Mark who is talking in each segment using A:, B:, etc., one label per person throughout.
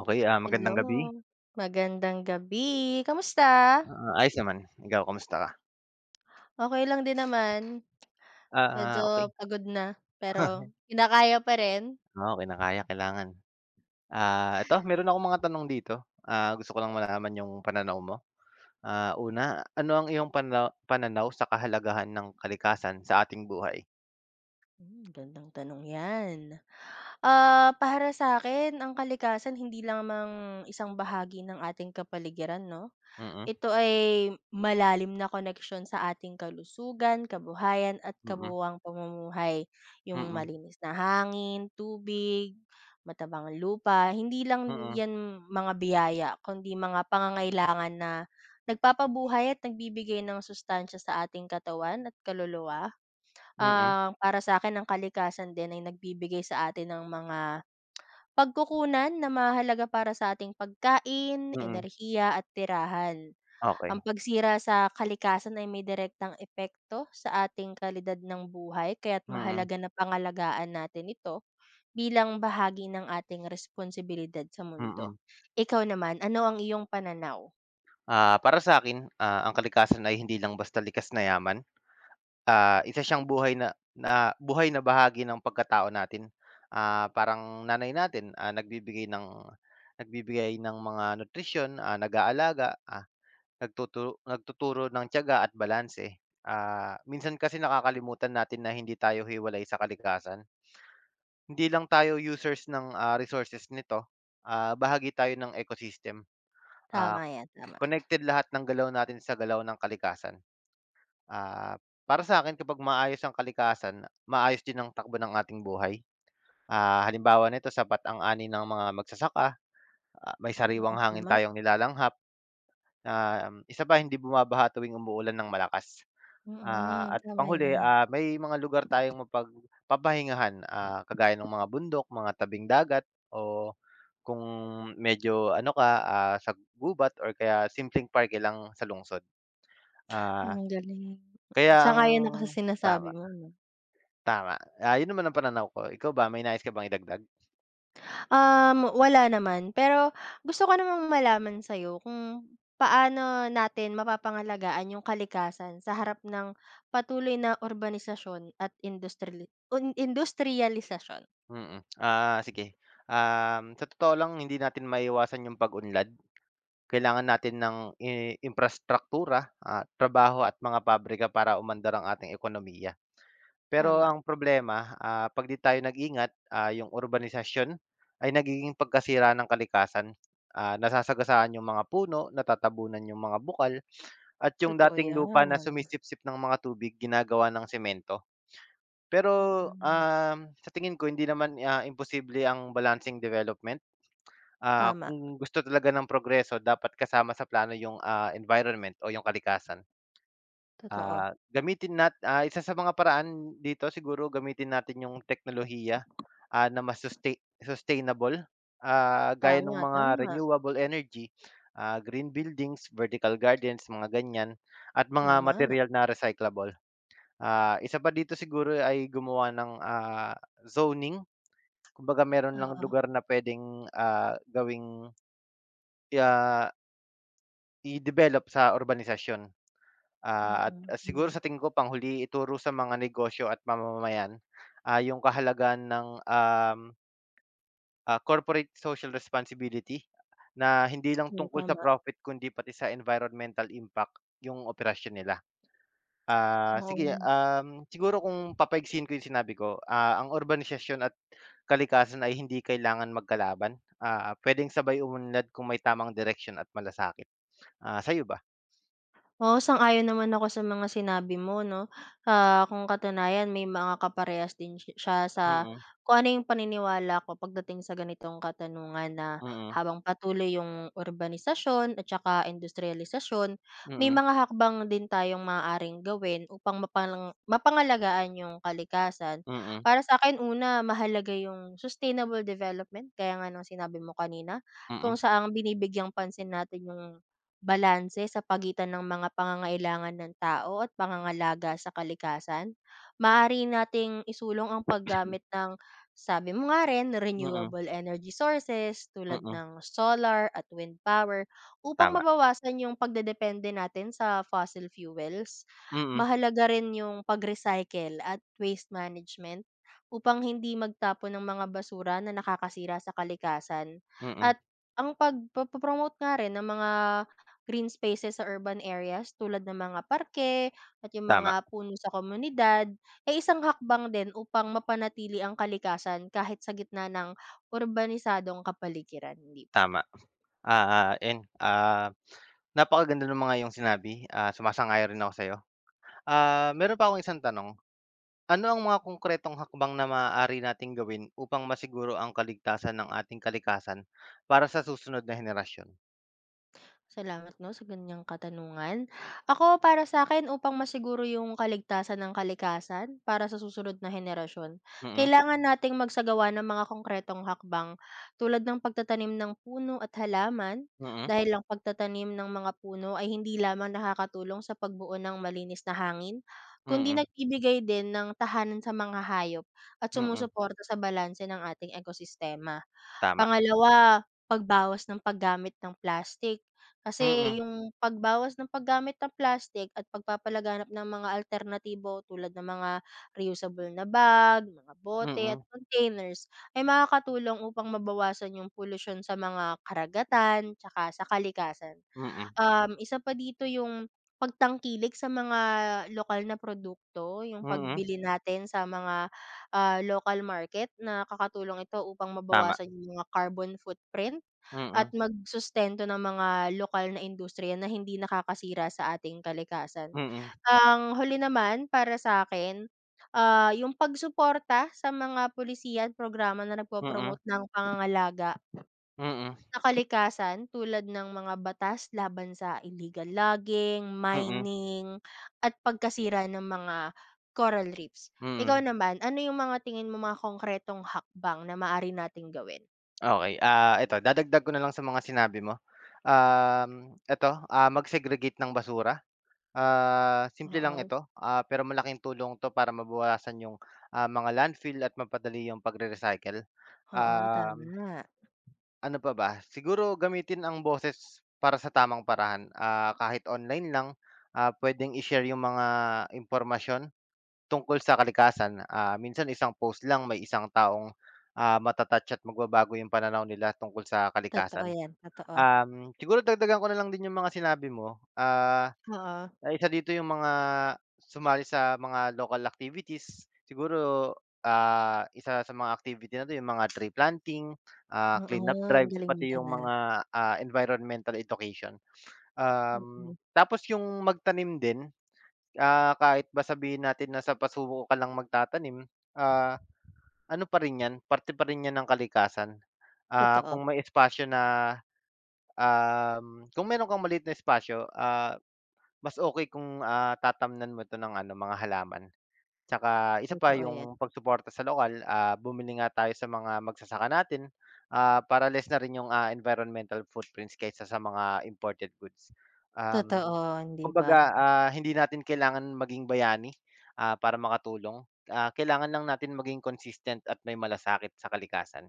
A: Okay, magandang gabi.
B: Hello, magandang gabi. Kamusta?
A: Ayos naman. Ikaw kamusta ka?
B: Okay lang din naman.
A: Ah, okay.
B: Medyo pagod na, pero kinakaya pa rin.
A: Oo, kinakaya, kailangan. Ito meron akong mga tanong dito, gusto ko lang malaman yung pananaw mo. Una, ano ang iyong pananaw sa kahalagahan ng kalikasan sa ating buhay?
B: Hmm, gandang tanong 'yan. Para sa akin ang kalikasan hindi lamang isang bahagi ng ating kapaligiran 'no?
A: Mm,
B: Ito ay malalim na koneksyon sa ating kalusugan, kabuhayan at
A: mm,
B: kabuwang pamumuhay. Yung
A: mm,
B: malinis na hangin, tubig, matabang lupa, hindi lang
A: mm,
B: yan mga biyaya kundi mga pangangailangan na nagpapabuhay at nagbibigay ng sustansya sa ating katawan at kaluluwa.
A: mm,
B: Para sa akin ang kalikasan din ay nagbibigay sa atin ng mga pagkukunan na mahalaga para sa ating pagkain,
A: mm,
B: enerhiya at tirahan. Ang
A: okey.
B: pagsira sa kalikasan ay may direktang epekto sa ating kalidad ng buhay kaya't
A: Mm,
B: mahalaga na pangalagaan natin ito bilang bahagi ng ating responsibilidad sa mundo.
A: mm.
B: Ikaw naman, ano ang iyong pananaw?
A: Para sa akin, ang kalikasan ay hindi lang basta likas na yaman. Isa siyang buhay na na buhay na bahagi ng pagkatao natin. Parang nanay natin, nagbibigay ng mga nutrisyon, nag-aalaga, nagtuturo nagtuturo ng tiyaga at balanse. Minsan kasi nakakalimutan natin na hindi tayo hiwalay sa kalikasan. Hindi lang tayo users ng, resources nito, bahagi tayo ng ecosystem. Ah,
B: Tama yan, tama.
A: connected lahat ng galaw natin sa galaw ng kalikasan. Ah, para sa akin kapag maayos ang kalikasan, maayos din ang takbo ng ating buhay. Halimbawa nito sapat ang ani ng mga magsasaka, may
B: Oo,
A: sariwang hangin
B: tama.
A: tayong nilalanghap, isa pa hindi bumabaha tuwing umuulan ng malakas. Ah,
B: Mm,
A: at
B: tama
A: panghuli,
B: yan.
A: may mga lugar tayong mapagpapahingahan, kagaya ng mga bundok, mga tabing dagat o kung medyo ano ka, sa gubat or kaya simpleng parke lang sa lungsod. Ah,
B: Ang galing.
A: kaya ang
B: Sang-ayon ako sa sinasabi
A: Tama.
B: mo 'no.
A: Tama, yun naman ang pananaw ko. Ikaw ba may nais ka bang idagdag?
B: Wala naman. Pero gusto ko namang malaman sa'yo kung paano natin mapapangalagaan yung kalikasan sa harap ng patuloy na urbanisasyon at industriali un industriyalisasyon.
A: Mm. Sige Sa totoo lang hindi natin maiwasan yung pag-unlad. Kailangan natin ng imprastruktura, trabaho at mga pabrika para umandar ang ating ekonomiya. Pero
B: Tama,
A: ang problema, 'pag 'di tayo nag-ingat, yung urbanisasyon ay nagiging pagkasira ng kalikasan. Nasasagasaan yung mga puno, natatabunan yung mga bukal at yung
B: totoo
A: dating lupa na
B: 'yan.
A: sumisipsip ng mga tubig ginagawa ng semento. Pero,
B: Oo,
A: sa tingin ko hindi naman, imposible ang balancing development. Ah,
B: tama,
A: kung gusto talaga ng progreso dapat kasama sa plano yung, environment o yung kalikasan.
B: totoo.
A: Isa sa mga paraan dito siguro gamitin natin yung teknolohiya, na mas sustainable, gaya ng
B: Tama,
A: mga
B: tama,
A: renewable energy, green buildings, vertical gardens, mga ganyan at mga
B: tama.
A: material na recyclable. Isa pa dito siguro ay gumawa ng, zoning. Kumbaga meron lang
B: Oo,
A: lugar na puwedeng, gawing, ah, i-develop sa urbanisasyon.
B: mm,
A: At siguro
B: hmm,
A: sa tingin ko panghuli ituro sa mga negosyo at mamamayan, yung kahalagahan ng, corporate social responsibility na hindi lang
B: oo,
A: tungkol sa
B: tama,
A: profit kundi pati sa environmental impact yung operasyon nila. Sige,
B: oo.
A: siguro kung papaigsihin ko yung sinabi ko, ang urbanisasyon at kalikasan ay hindi kailangan magkalaban. Pwedeng sabay umunlad kung may tamang direksyon at malasakit. Sa'yo ba?
B: Oo, sang-ayon naman ako sa mga sinabi mo 'no. Kung katunayan may mga kaparehas din siya sa
A: Mm,
B: kung ano yung paniniwala ko pagdating sa ganitong katanungan na
A: mm,
B: habang patuloy yung urbanisasyon at saka industrialisasyon, may
A: mm,
B: mga hakbang din tayong maaaring gawin upang mapangalagaan yung kalikasan.
A: mm,
B: Para sa akin una, mahalaga yung sustainable development, kaya nga ng sinabi mo kanina, kung
A: mm,
B: saang binibigyang pansin natin yung balanse sa pagitan ng mga pangangailangan ng tao at pangangalaga sa kalikasan, maaari nating isulong ang paggamit ng, sabi mo nga rin,
A: mm,
B: renewable energy sources tulad
A: mm,
B: ng solar at wind power upang
A: tama.
B: mabawasan yung pagdedepende natin sa fossil fuels.
A: Mm,
B: Mahalaga rin yung pag-recycle at waste management upang hindi magtapon ng mga basura na nakakasira sa kalikasan
A: mm,
B: at ang pagpo-promote nga rin ng mga green spaces sa urban areas tulad ng mga parke at yung mga
A: tama,
B: puno sa komunidad ay isang hakbang din upang mapanatili ang kalikasan kahit sa gitna ng urbanisadong kapaligiran, 'di ba?
A: tama. Ayun, napakaganda ng mga iyong sinabi, sumasang-ayon rin ako sa'yo. Meron pa akong isang tanong. Ano ang mga konkretong hakbang na maaari nating gawin upang masiguro ang kaligtasan ng ating kalikasan para sa susunod na henerasyon?
B: Salamat 'no sa ganiyang katanungan. Ako para sa akin upang masiguro yung kaligtasan ng kalikasan para sa susunod na henerasyon,
A: Mm,
B: kailangan nating magsagawa ng mga konkretong hakbang tulad ng pagtatanim ng puno at halaman,
A: mm,
B: dahil lang pagtatanim ng mga puno ay hindi lamang nakakatulong sa pagbuo ng malinis na hangin, kundi
A: mm,
B: nagbibigay din ng tahanan sa mga hayop at
A: mm,
B: sumusuporta sa balanse ng ating ekosistema.
A: tama.
B: Pangalawa, pagbawas ng paggamit ng plastic. Kasi
A: Mm,
B: yung pagbawas ng paggamit ng plastic at pagpapalaganap ng mga alternatibo tulad ng mga reusable na bag, mga bote at
A: mm,
B: containers ay makakatulong upang mabawasan yung pollution sa mga karagatan tsaka sa kalikasan.
A: mm,
B: Isa pa dito yung pagtangkilik sa mga lokal na produkto, yung
A: mm,
B: pagbili natin sa mga, local market. Nakakatulong ito upang
A: tama.
B: mabawasan yung mga carbon footprint
A: Mm,
B: at
A: mm,
B: magsustento ng mga lokal na industriya na hindi nakakasira sa ating kalikasan.
A: mm,
B: Ang huli naman para sa'kin, yung pagsuporta sa mga pulisiya at programa na nagpo-promote ng pangangalaga
A: mm,
B: sa kalikasan tulad ng mga batas laban sa illegal logging,
A: mm,
B: mining, at pagkasira ng mga coral reefs. Ikaw
A: mm.
B: naman, ano yung mga tingin mo mga konkretong hakbang na maaari nating gawin?
A: Okey, eto dadagdag ko na lang sa mga sinabi mo. Eto, mag-segregate ng basura. Simple lang
B: Oo,
A: ito, pero malaking tulong 'to para mabawasan yung, mga landfill at mapadali yung pagre-recycle.
B: oo,
A: Um,
B: tama.
A: Ano pa ba? Siguro gamitin ang boses para sa tamang paraan, kahit online lang, puwedeng i-share yung mga impormasyon tungkol sa kalikasan. Minsan isang post lang may isang taong, mata-touch at magbabago yung pananaw nila tungkol sa
B: Totoo
A: kalikasan.
B: yan, totoo.
A: Siguro dagdagan ko na lang din yung mga sinabi mo.
B: Oo.
A: Isa dito yung mga sumali sa mga local activities. Siguro, isa sa mga activity na 'to yung mga tree planting, cleanup
B: Oo, ang
A: drives,
B: galing mo
A: pati
B: dyan,
A: yung
B: ah.
A: mga, environmental education.
B: Mm,
A: Tapos yung magtanim din, kahit ba sabihin natin na sa pasubo ka lang magtatanim, ah, ano pa rin 'yan, parte pa rin 'yan ng kalikasan. Ah,
B: totoo,
A: kung may espasyo na, kung meron kang maliit na espasyo, mas okay kung, tatamnan mo 'to ng ano, mga halaman. Tsaka isa pa
B: totoo yan.
A: yung pagsuporta sa lokal, bumili nga tayo sa mga magsasaka natin, para less na rin yung, environmental footprints kaysa sa mga imported goods. Um,
B: Totoo, hindi ba?
A: Kumbaga, hindi natin kailangan maging bayani, para makatulong. Kailangan lang natin maging consistent at may malasakit sa kalikasan.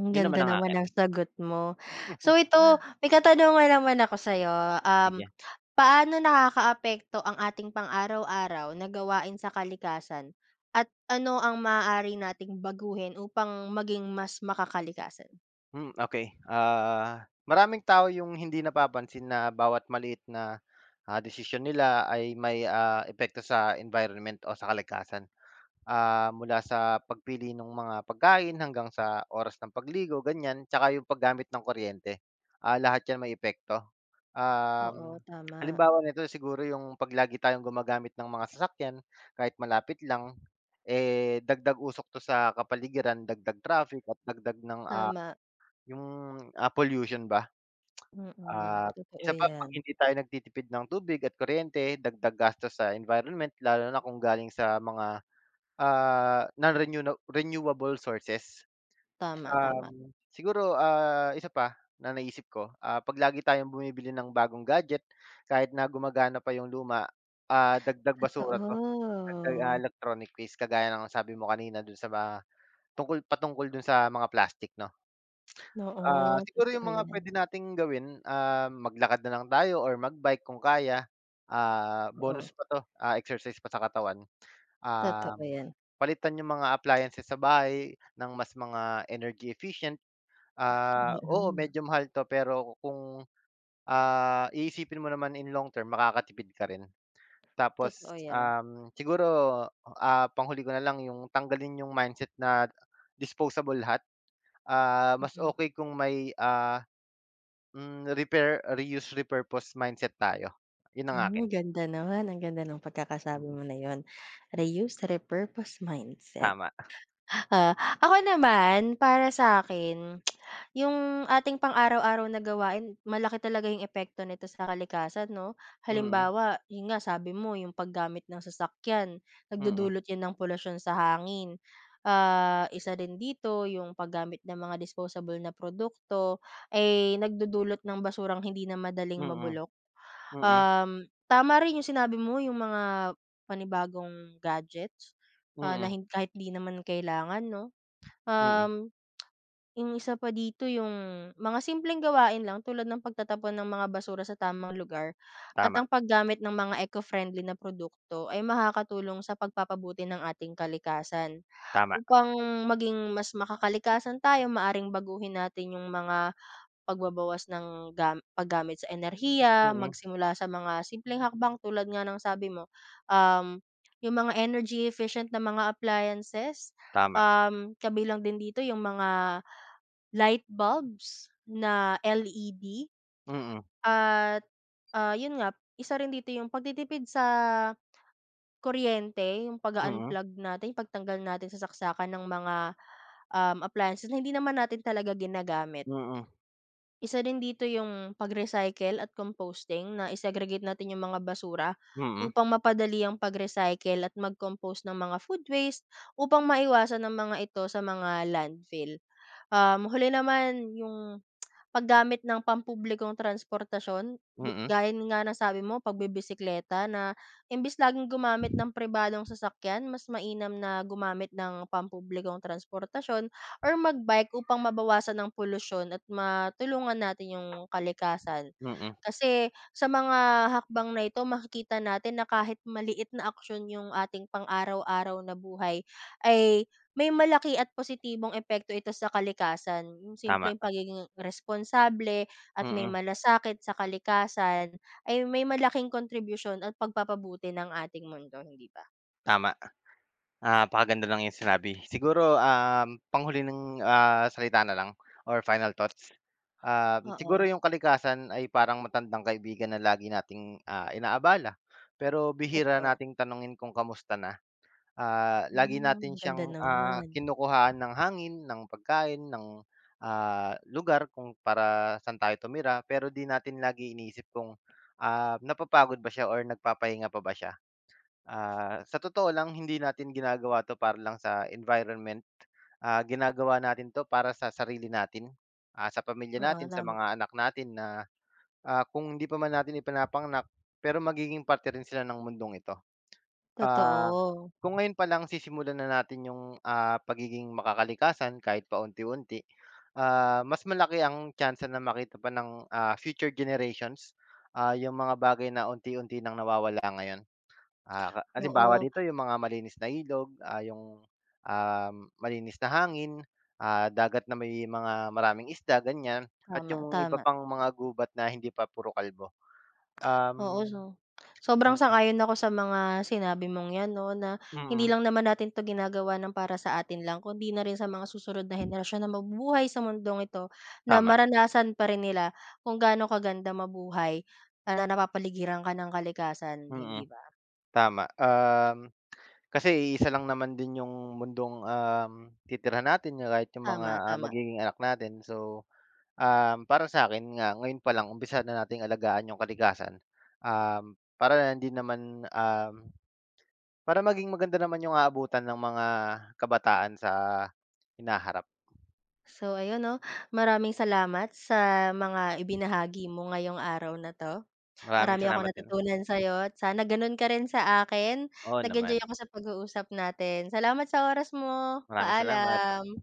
B: Ang
A: Yun
B: ganda
A: naman ang
B: naman
A: akin.
B: ng sagot mo. So ito, may katanungan naman ako sa'yo, um,
A: Sige.
B: paano nakakaapekto ang ating pang-araw-araw na gawain sa kalikasan at ano ang maaari nating baguhin upang maging mas makakalikasan?
A: Okay. Maraming tao yung hindi napapansin na bawat maliit na, desisyon nila ay may, epekto sa environment o sa kalikasan. Mula sa pagpili ng mga pagkain hanggang sa oras ng pagligo, ganyan, tsaka yung paggamit ng kuryente. Lahat yan may epekto.
B: Oo,
A: Um,
B: tama.
A: Halimbawa nito siguro yung paglagi tayong gumagamit ng mga sasakyan kahit malapit lang, eh, dagdag usok 'to sa kapaligiran, dagdag traffic at dagdag ng,
B: Tama,
A: yung, pollution ba?
B: mm.
A: Ah,
B: Totoo
A: isa pa
B: 'yan.
A: 'pag hindi tayo nagtitipid ng tubig at kuryente, dagdag gastos sa environment lalo na kung galing sa mga, renewable sources.
B: Tama, tama.
A: Siguro, isa pa na naisip ko, 'pag lagi tayong bumibili ng bagong gadget kahit na gumagana pa yung luma, dagdag
B: Totoo.
A: basura 'to, dagdag, electronic waste kagaya ng sabi mo kanina dun sa mga patungkol dun sa mga plastic 'no? Ah,
B: Oo,
A: siguro
B: totoo
A: yung mga
B: 'yan.
A: pwede nating gawin, maglakad na lang tayo or mag-bike kung kaya. Ah,
B: Oo,
A: bonus pa 'to, exercise pa sa katawan.
B: totoo
A: Um,
B: 'yan.
A: Palitan yung mga appliances sa bahay ng mas mga energy efficient. Oo,
B: Mm,
A: medyo mahal 'to pero kung, iisipin mo naman in long term makakatipid ka rin.
B: totoo
A: Tapos,
B: 'yan.
A: siguro, panghuli ko na lang yung tanggalin yung mindset na disposable lahat. Mas
B: Mm.
A: okey kung may. Repair, reuse, repurpose mindset tayo, 'yun ang akin.
B: Hmm, ganda naman, ang ganda ng pagkakasabi
A: Mm,
B: mo na yon. Reuse, repurpose mindset.
A: tama.
B: Ah, Ako naman para sa akin yung ating pang-araw-araw na gawain malaki talaga yung epekto nito sa kalikasan 'no.
A: Mm,
B: Halimbawa, yun nga sabi mo yung paggamit ng sasakyan,
A: mm,
B: nagdudulot yan ng polusyon sa hangin. Isa din dito yung paggamit ng mga disposable na produkto, ay nagdudulot ng basurang hindi na madaling
A: mm,
B: mabulok.
A: mm,
B: Tama rin yung sinabi mo yung mga panibagong gadgets, na
A: mm,
B: hin kahit di naman kailangan 'no.
A: mm,
B: Um, yung isa pa dito yung mga simpleng gawain lang tulad ng pagtatapon ng mga basura sa tamang lugar at
A: tama,
B: ang paggamit ng mga eco-friendly na produkto ay makakatulong sa pagpapabuti ng ating kalikasan.
A: tama,
B: Upang maging mas makakalikasan tayo, maaring baguhin natin yung mga pagbabawas ng paggamit sa enerhiya,
A: mm,
B: magsimula sa mga simpleng hakbang tulad nga ng sabi mo, um, yung mga energy efficient na mga appliances,
A: tama,
B: um, kabilang din dito yung mga light bulbs na LED
A: mm,
B: at, yun nga, isa rin dito yung pagtitipid sa kuryente, yung
A: mm,
B: pag-u-unplug natin, pagtanggal natin sa saksakan ng mga, appliances na hindi naman natin talaga ginagamit.
A: mm,
B: Isa din dito yung pag-recycle at composting na i natin yung mga basura
A: mm,
B: upang mapadali ang pag-recycle at mag-compost ng mga food waste upang maiwasan ng mga ito sa mga landfill. Huli naman yung paggamit ng pampublikong transportasyon,
A: mm,
B: gaya nga ng sabi mo pagbibisekleta na imbes laging gumamit ng pribadong sasakyan mas mainam na gumamit ng pampublikong transportasyon or magbike upang mabawasan ng polusyon at matulungan natin yung kalikasan.
A: mm,
B: Kasi sa mga hakbang na ito makikita natin na kahit maliit na aksyon yung ating pang-araw-araw na buhay ay may malaki at positibong epekto ito sa kalikasan, yung
A: tama,
B: simpleng pagiging responsable at may
A: mm,
B: malasakit sa kalikasan ay may malaking kontribusyon at pagpapabuti ng ating mundo, hindi ba?
A: tama. Napakaganda ng iyong sinabi. Siguro, panghuli ng, salita na lang or final thoughts.
B: Oo,
A: Siguro yung kalikasan ay parang matandang kaibigan na lagi nating, inaabala, pero bihira
B: totoo.
A: nating tanungin kung kamusta na. Lagi
B: Hmm,
A: natin
B: ganda
A: siyang,
B: naman.
A: kinukuhaan ng hangin, ng pagkain, ng, lugar kung para saan tayo tumira pero di natin lagi iniisip kung, napapagod ba siya or nagpapahinga pa ba siya. Sa totoo lang hindi natin ginagawa 'to para lang sa environment, ginagawa natin 'to para sa sarili natin, sa pamilya
B: Oo,
A: natin, sa
B: tama.
A: mga anak natin na, kung hindi pa man natin ipinapanganak pero magiging parte rin sila ng mundong ito. Ah,
B: Totoo.
A: kung ngayon palang sisimulan na natin yung, pagiging makakalikasan kahit paunti-unti, mas malaki ang chance na makita pa ng, future generations, yung mga bagay na unti-unti nang nawawala ngayon. Halimbawa
B: Oo,
A: dito yung mga malinis na ilog, yung, um, malinis na hangin, dagat na may mga maraming isda, ganyan, at
B: tama,
A: yung iba
B: tama.
A: pang mga gubat na hindi pa puro kalbo.
B: Oo,
A: Um,
B: so sobrang
A: mm,
B: sang-ayon ako sa mga sinabi mong 'yan 'no, na
A: mm,
B: hindi lang naman natin 'to ginagawa ng para sa atin lang, kundi na rin sa mga susunod na henerasyon na mabubuhay sa mundong ito, na
A: tama,
B: maranasan pa rin nila kung gaano kaganda mabuhay, na napapaligiran ka ng kalikasan,
A: mm.
B: hindi ba?
A: Tama, kasi isa lang naman din yung mundong, titirhan natin yung kahit yung mga,
B: Tama, tama.
A: magiging anak natin. So, para sa'kin nga ngayon pa lang umpisa na nating alagaan yung kalikasan, para na hindi naman, para maging maganda naman yung aabutan ng mga kabataan sa hinaharap.
B: So ayun 'no, maraming salamat sa mga ibinahagi mo ngayong araw na 'to.
A: Maraming
B: Marami akong
A: salamat din.
B: natutunan sa'yo at sana gano'n ka rin sa akin.
A: Oo
B: Nag-enjoy
A: naman,
B: ako sa pag-uusap natin. Salamat sa oras mo.
A: maraming salamat.
B: Paalam.